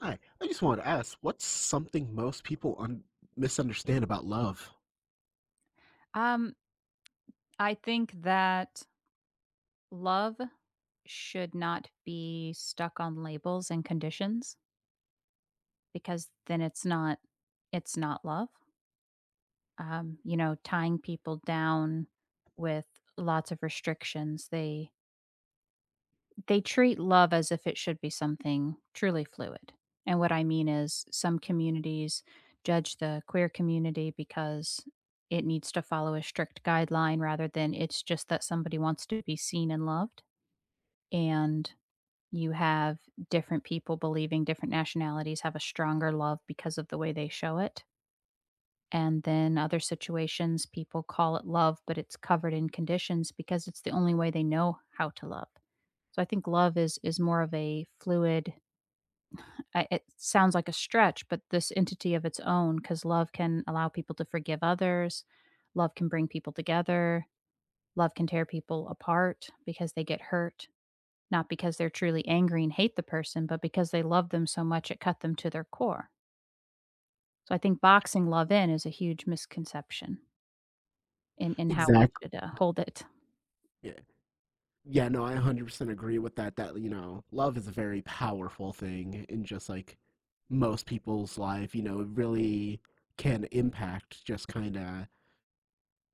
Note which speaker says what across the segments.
Speaker 1: Hi, I just wanted to ask, what's something most people un misunderstand about love?
Speaker 2: Um, I think that love should not be stuck on labels and conditions because then it's not love. Tying people down with lots of restrictions. They treat love as if it should be something truly fluid. And what I mean is some communities judge the queer community because it needs to follow a strict guideline rather than it's just that somebody wants to be seen and loved, and you have different people believing different nationalities have a stronger love because of the way they show it. And then other situations, people call it love, but it's covered in conditions because it's the only way they know how to love. So I think love is more of a fluid. It sounds like a stretch, but this entity of its own, because love can allow people to forgive others, love can bring people together, love can tear people apart because they get hurt. Not because they're truly angry and hate the person, but because they love them so much it cut them to their core. So I think boxing love in is a huge misconception in how we
Speaker 1: Exactly.
Speaker 2: should hold it.
Speaker 1: Yeah. Yeah, no, I 100% agree with that, you know, love is a very powerful thing in just like most people's life. You know, it really can impact just kind of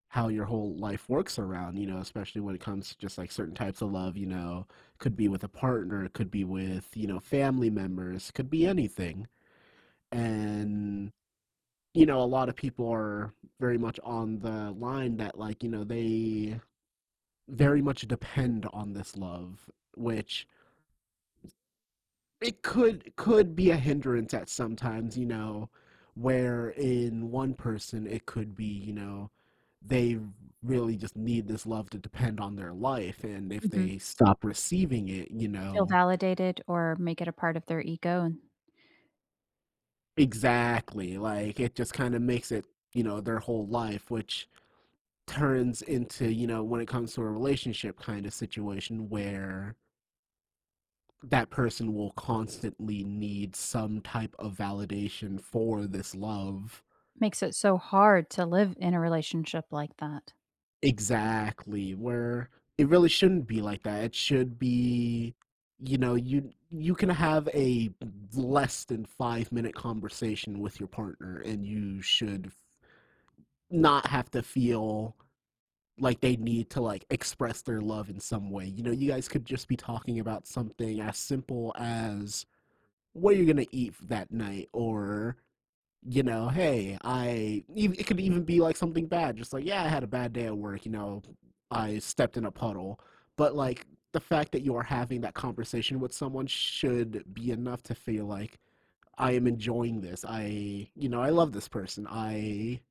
Speaker 1: how your whole life works around, you know, especially when it comes to just like certain types of love. You know, could be with a partner, it could be with, you know, family members, could be anything. And you know, a lot of people are very much on the line that, like, you know, they very much depend on this love, which it could be a hindrance at sometimes, you know, where in one person it could be, you know, they really just need this love to depend on their life, and if
Speaker 2: Mhm.
Speaker 1: they stop receiving it, you
Speaker 2: Feel
Speaker 1: know,
Speaker 2: validated or make it a part of their ego and
Speaker 1: exactly, like it just kind of makes it, you know, their whole life, which turns into, you know, when it comes to a relationship kind of situation where that person will constantly need some type of validation for this love,
Speaker 2: makes it so hard to live in a relationship like that.
Speaker 1: exactly, where it really shouldn't be like that. It should be, you know, you can have a less than 5 minute conversation with your partner and you should not have to feel like they need to like express their love in some way. You know, you guys could just be talking about something as simple as what are you gonna eat that night, or you know, hey, It could even be like something bad, just like, yeah, I had a bad day at work. You know, I stepped in a puddle, but like the fact that you are having that conversation with someone should be enough to feel like I am enjoying this. I, you know, I love this person. I,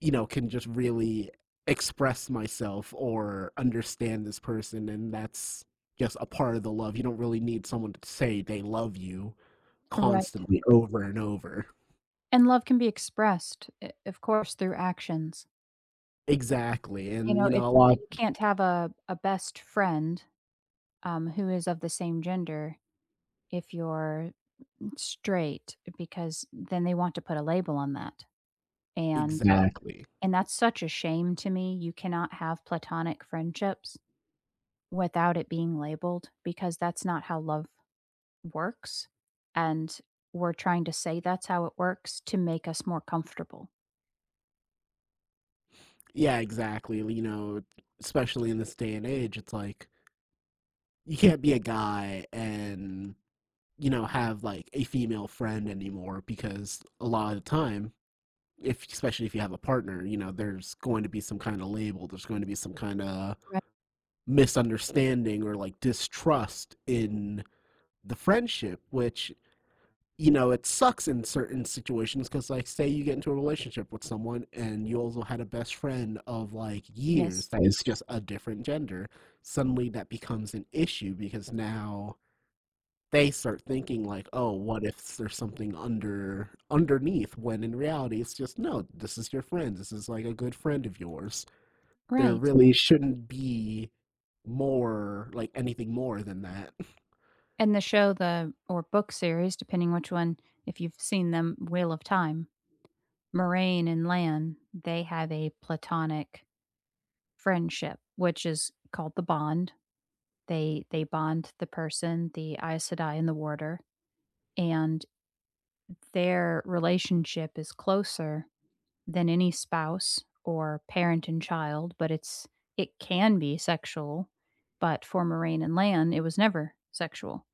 Speaker 1: you know, can just really express myself or understand this person. And that's just a part of the love. You don't really need someone to say they love you
Speaker 2: Right.
Speaker 1: constantly over and over.
Speaker 2: And love can be expressed, I of course, through actions.
Speaker 1: Exactly.
Speaker 2: You
Speaker 1: And,
Speaker 2: know,
Speaker 1: you know,
Speaker 2: it
Speaker 1: a lot.
Speaker 2: you can't have a best friend, who is of the same gender if you're straight because then they want to put a label on that, and
Speaker 1: Exactly.
Speaker 2: that's such a shame to me. You cannot have platonic friendships without it being labeled because that's not how love works, and we're trying to say that's how it works to make us more comfortable.
Speaker 1: Yeah, exactly. You know, especially in this day and age, it's like you can't be a guy and, you know, have like a female friend anymore, because a lot of the time, if, especially if you have a partner, you know, there's going to be some kind of label, there's going to be some kind of
Speaker 2: Right.
Speaker 1: misunderstanding or like distrust in the friendship, which, you know, it sucks in certain situations because, like, say you get into a relationship with someone and you also had a best friend of like years
Speaker 2: Yes.
Speaker 1: that is just a different gender. Suddenly that becomes an issue because now they start thinking like, oh, what if there's something underneath? When in reality, it's just no. This is your friend. This is like a good friend of yours. There
Speaker 2: Right.
Speaker 1: really shouldn't be more like anything more than that.
Speaker 2: And the show, the or book series, depending which one, if you've seen them, Wheel of Time, Moraine and Lan, they have a platonic friendship, which is called the bond. They bond the person, the Aes Sedai and the warder, and their relationship is closer than any spouse or parent and child, but it can be sexual, but for Moraine and Lan, it was never sexual.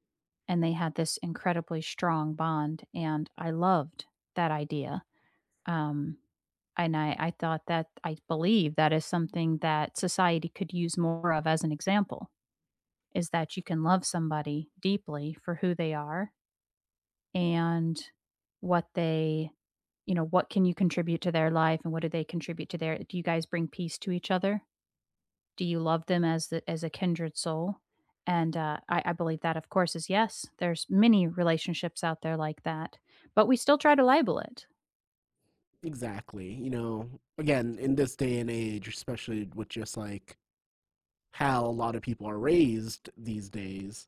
Speaker 2: And they had this incredibly strong bond, and I loved that idea. Um, and I thought that I believe that is something that society could use more of as an example is that you can love somebody deeply for who they are and what you know, what can you contribute to their life and what do they contribute to their, do you guys bring peace to each other? Do you love them as the as a kindred soul? And, I believe that, of course, is yes. There's many relationships out there like that, but we still try to label it.
Speaker 1: Exactly. You know, again, in this day and age, especially with just like how a lot of people are raised these days,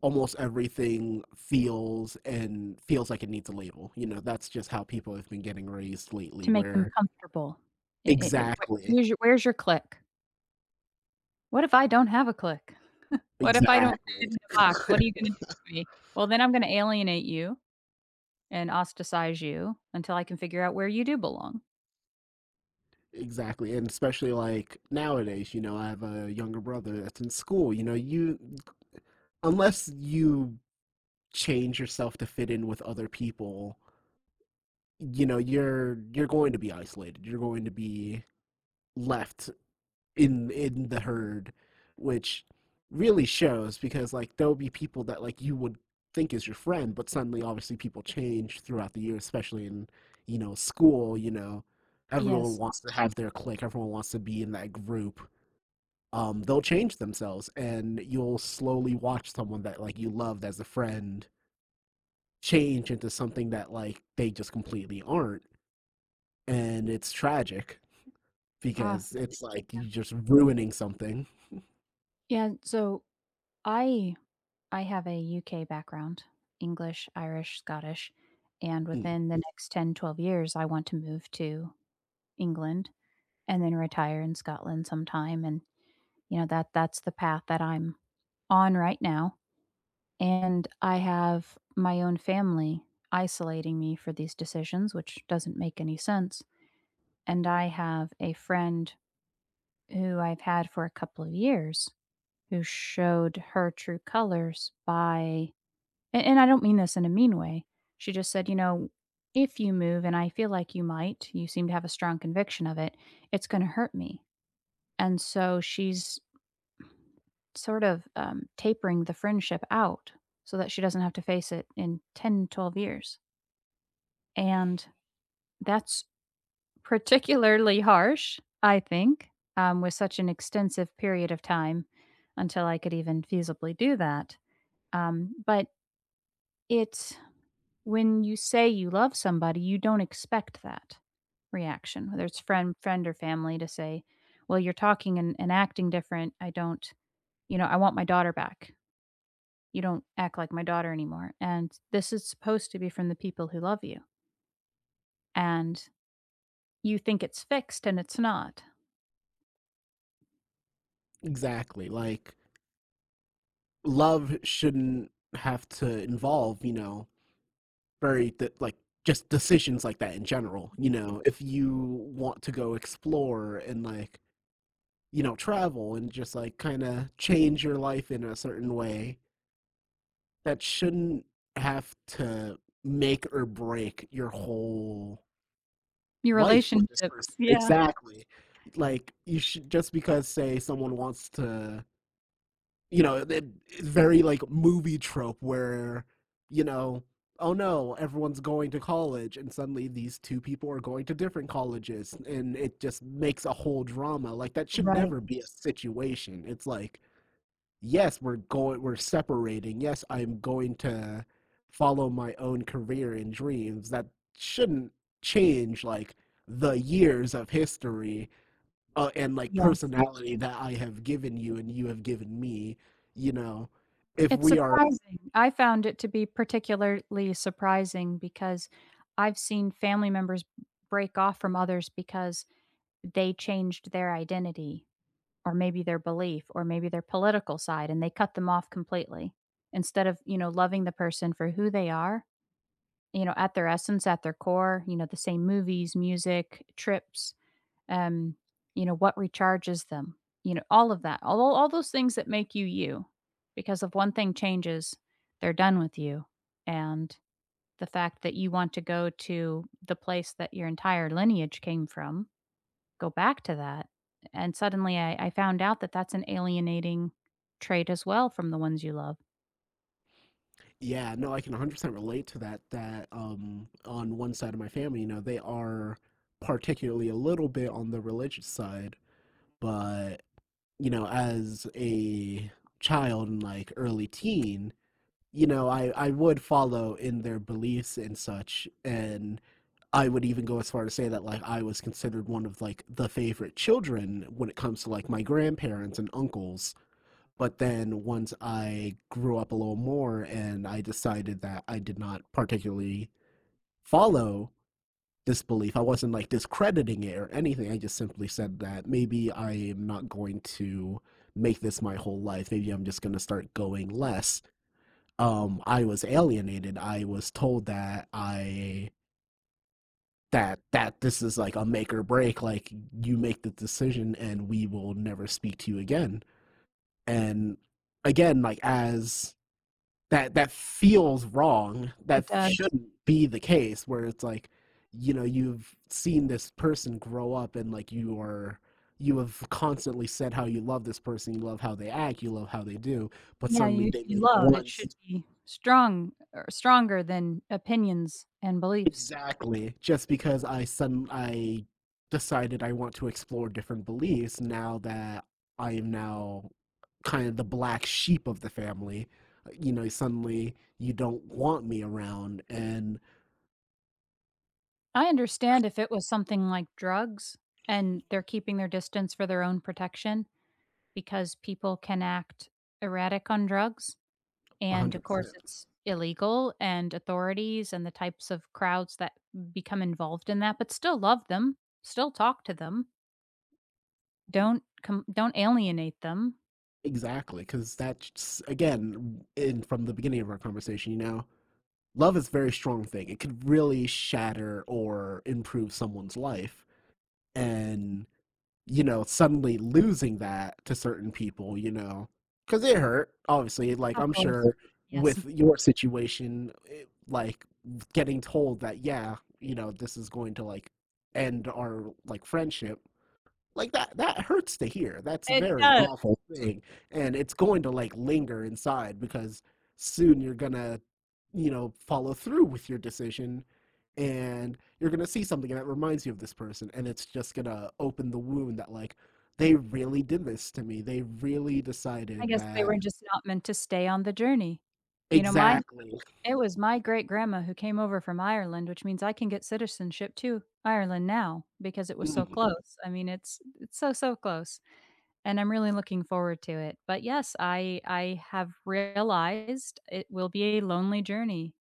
Speaker 1: almost everything feels like it needs a label. You know, that's just how people have been getting raised lately
Speaker 2: To make them
Speaker 1: where
Speaker 2: comfortable. I where
Speaker 1: exactly.
Speaker 2: where's your clique? What if I don't have a click? What if I don't
Speaker 1: Exactly.
Speaker 2: fit in a box? What are you gonna do with me? Well, then I'm gonna alienate you and ostracize you until I can figure out where you do belong.
Speaker 1: Exactly. And especially like nowadays, you know, I have a younger brother that's in school. You know, you, unless you change yourself to fit in with other people, you know, you're going to be isolated. You're going to be left in the herd, which really shows because like there'll be people that like you would think is your friend, but suddenly obviously people change throughout the year, especially in, you know, school. You know, everyone
Speaker 2: Yes.
Speaker 1: wants to have their clique, everyone wants to be in that group. They'll change themselves and you'll slowly watch someone that like you loved as a friend change into something that like they just completely aren't. And it's tragic
Speaker 2: Uh,
Speaker 1: because it's like you're just ruining something.
Speaker 2: yeah, so I I have a UK background, English, Irish, Scottish, and
Speaker 1: Mm.
Speaker 2: within the next 10, 12 years, I want to move to England and then retire in Scotland sometime, and, you know, that's the path that I'm on right now. And I have my own family isolating me for these decisions, which doesn't make any sense. And I have a friend who I've had for a couple of years who showed her true colors by, and I don't mean this in a mean way. She just said, you know, if you move, and I feel like you might, you seem to have a strong conviction of it, it's going to hurt me. And so she's sort of tapering the friendship out so that she doesn't have to face it in 10, 12 years. And that's particularly harsh, I think, with such an extensive period of time until I could even feasibly do that. But it's when you say you love somebody, you don't expect that reaction, whether it's friend or family, to say, "Well, you're talking and, acting different. I don't, you know, I want my daughter back. You don't act like my daughter anymore." And this is supposed to be from the people who love you, and you think it's fixed, and it's not.
Speaker 1: Exactly, like, love shouldn't have to involve, you know, very d like, just decisions like that in general, you know? If you want to go explore and, like, you know, travel and just, like, kinda change your life in a certain way, that shouldn't have to make or break your whole
Speaker 2: Your
Speaker 1: life with this
Speaker 2: relationships.
Speaker 1: person.
Speaker 2: Yeah.
Speaker 1: Exactly. Like you should, just because say someone wants to, you know, it's very like movie trope where, you know, oh no, everyone's going to college and suddenly these two people are going to different colleges and it just makes a whole drama. Like that should
Speaker 2: Right.
Speaker 1: never be a situation. It's like, yes, we're going, we're separating. Yes, I'm going to follow my own career and dreams. That shouldn't change like the years of history and like
Speaker 2: Yes.
Speaker 1: personality that I have given you and you have given me. You know, if
Speaker 2: It's
Speaker 1: we are,
Speaker 2: surprising. I found it to be particularly surprising because I've seen family members break off from others because they changed their identity or maybe their belief or maybe their political side, and they cut them off completely instead of, you know, loving the person for who they are, you know, at their essence, at their core, you know, the same movies, music, trips. Um, you know, what recharges them? You know, all of that. All those things that make you you. Because if one thing changes, they're done with you. And the fact that you want to go to the place that your entire lineage came from, go back to that. And suddenly I found out that that's an alienating trait as well from the ones you love.
Speaker 1: yeah, no, I can 100% relate to that. On one side of my family, you know, they are particularly a little bit on the religious side, but you know, as a child and like early teen, you know, I would follow in their beliefs and such. And I would even go as far to say that like I was considered one of like the favorite children when it comes to like my grandparents and uncles. But then once I grew up a little more and I decided that I did not particularly follow disbelief. I wasn't like discrediting it or anything. I just simply said that maybe I am not going to make this my whole life. Maybe I'm just going to start going less. I was alienated. I was told that I that that this is like a make or break. Like you make the decision, and we will never speak to you again. And again, like as that feels wrong. That
Speaker 2: It does.
Speaker 1: shouldn't be the case where it's like, you know, you've seen this person grow up and like you are, you have constantly said how you love this person, you love how they act, you love how they do, but
Speaker 2: Yeah,
Speaker 1: suddenly they
Speaker 2: you
Speaker 1: make
Speaker 2: love. It
Speaker 1: one
Speaker 2: should be strong or stronger than opinions and beliefs.
Speaker 1: exactly just because I decided I want to explore different beliefs. Now that I am now kind of the black sheep of the family, you know, suddenly you don't want me around and
Speaker 2: I understand if it was something like drugs and they're keeping their distance for their own protection because people can act erratic on drugs.
Speaker 1: A
Speaker 2: And of
Speaker 1: hundred
Speaker 2: Mm. course,
Speaker 1: percent.
Speaker 2: it's illegal, and authorities and the types of crowds that become involved in that, but still love them, still talk to them, don't alienate them.
Speaker 1: Exactly, because that's again, in from the beginning of our conversation, you know, love is a very strong thing. It could really shatter or improve someone's life, and you know, suddenly losing that to certain people, you know, because it hurt. Obviously, like
Speaker 2: Of
Speaker 1: I'm
Speaker 2: course,
Speaker 1: sure
Speaker 2: yes,
Speaker 1: with your situation, it, like, getting told that, yeah, you know, this is going to like end our like friendship, like that that hurts to hear. That's a
Speaker 2: it
Speaker 1: very
Speaker 2: does.
Speaker 1: awful thing and it's going to like linger inside because soon you're gonna, you know, follow through with your decision and you're gonna see something that reminds you of this person and it's just gonna open the wound that like they really did this to me, they really
Speaker 2: I
Speaker 1: decided
Speaker 2: guess they
Speaker 1: that
Speaker 2: were just not meant to stay on the journey. You know, my
Speaker 1: exactly.
Speaker 2: It was my great grandma who came over from Ireland, which means I can get citizenship to Ireland now because it was so
Speaker 1: Mm,
Speaker 2: close. I mean, it's so, so close, and I'm really looking forward to it. But yes, I have realized it will be a lonely journey,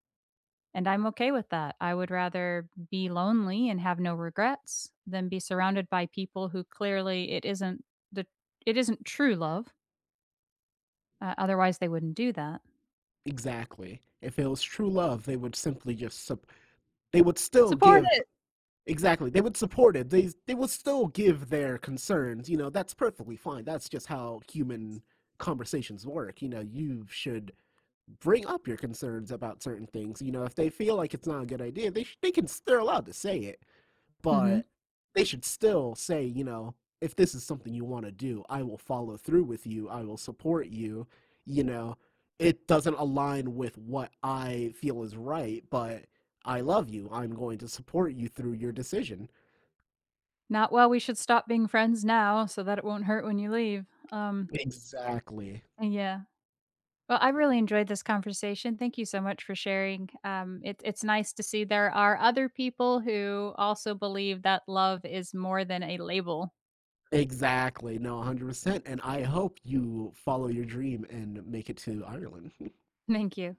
Speaker 2: and I'm okay with that. I would rather be lonely and have no regrets than be surrounded by people who clearly the it isn't true love, otherwise they wouldn't do that.
Speaker 1: exactly, if it was true love they would simply just they would still
Speaker 2: Support
Speaker 1: give.
Speaker 2: it.
Speaker 1: Exactly. They would support it. They would still give their concerns. You know, that's perfectly fine. That's just how human conversations work. You know, you should bring up your concerns about certain things. You know, if they feel like it's not a good idea, they they can, they're allowed to say it,
Speaker 2: Mhm.
Speaker 1: but they should still say, you know, if this is something you want to do, I will follow through with you. I will support you. You know, it doesn't align with what I feel is right, but I love you. I'm going to support you through your decision.
Speaker 2: Not, "Well, we should stop being friends now so that it won't hurt when you leave." Um,
Speaker 1: Exactly.
Speaker 2: yeah. Well, I really enjoyed this conversation. Thank you so much for sharing. It's nice to see there are other people who also believe that love is more than a label.
Speaker 1: Exactly. No, 100%. And I hope you follow your dream and make it to Ireland.
Speaker 2: Thank you.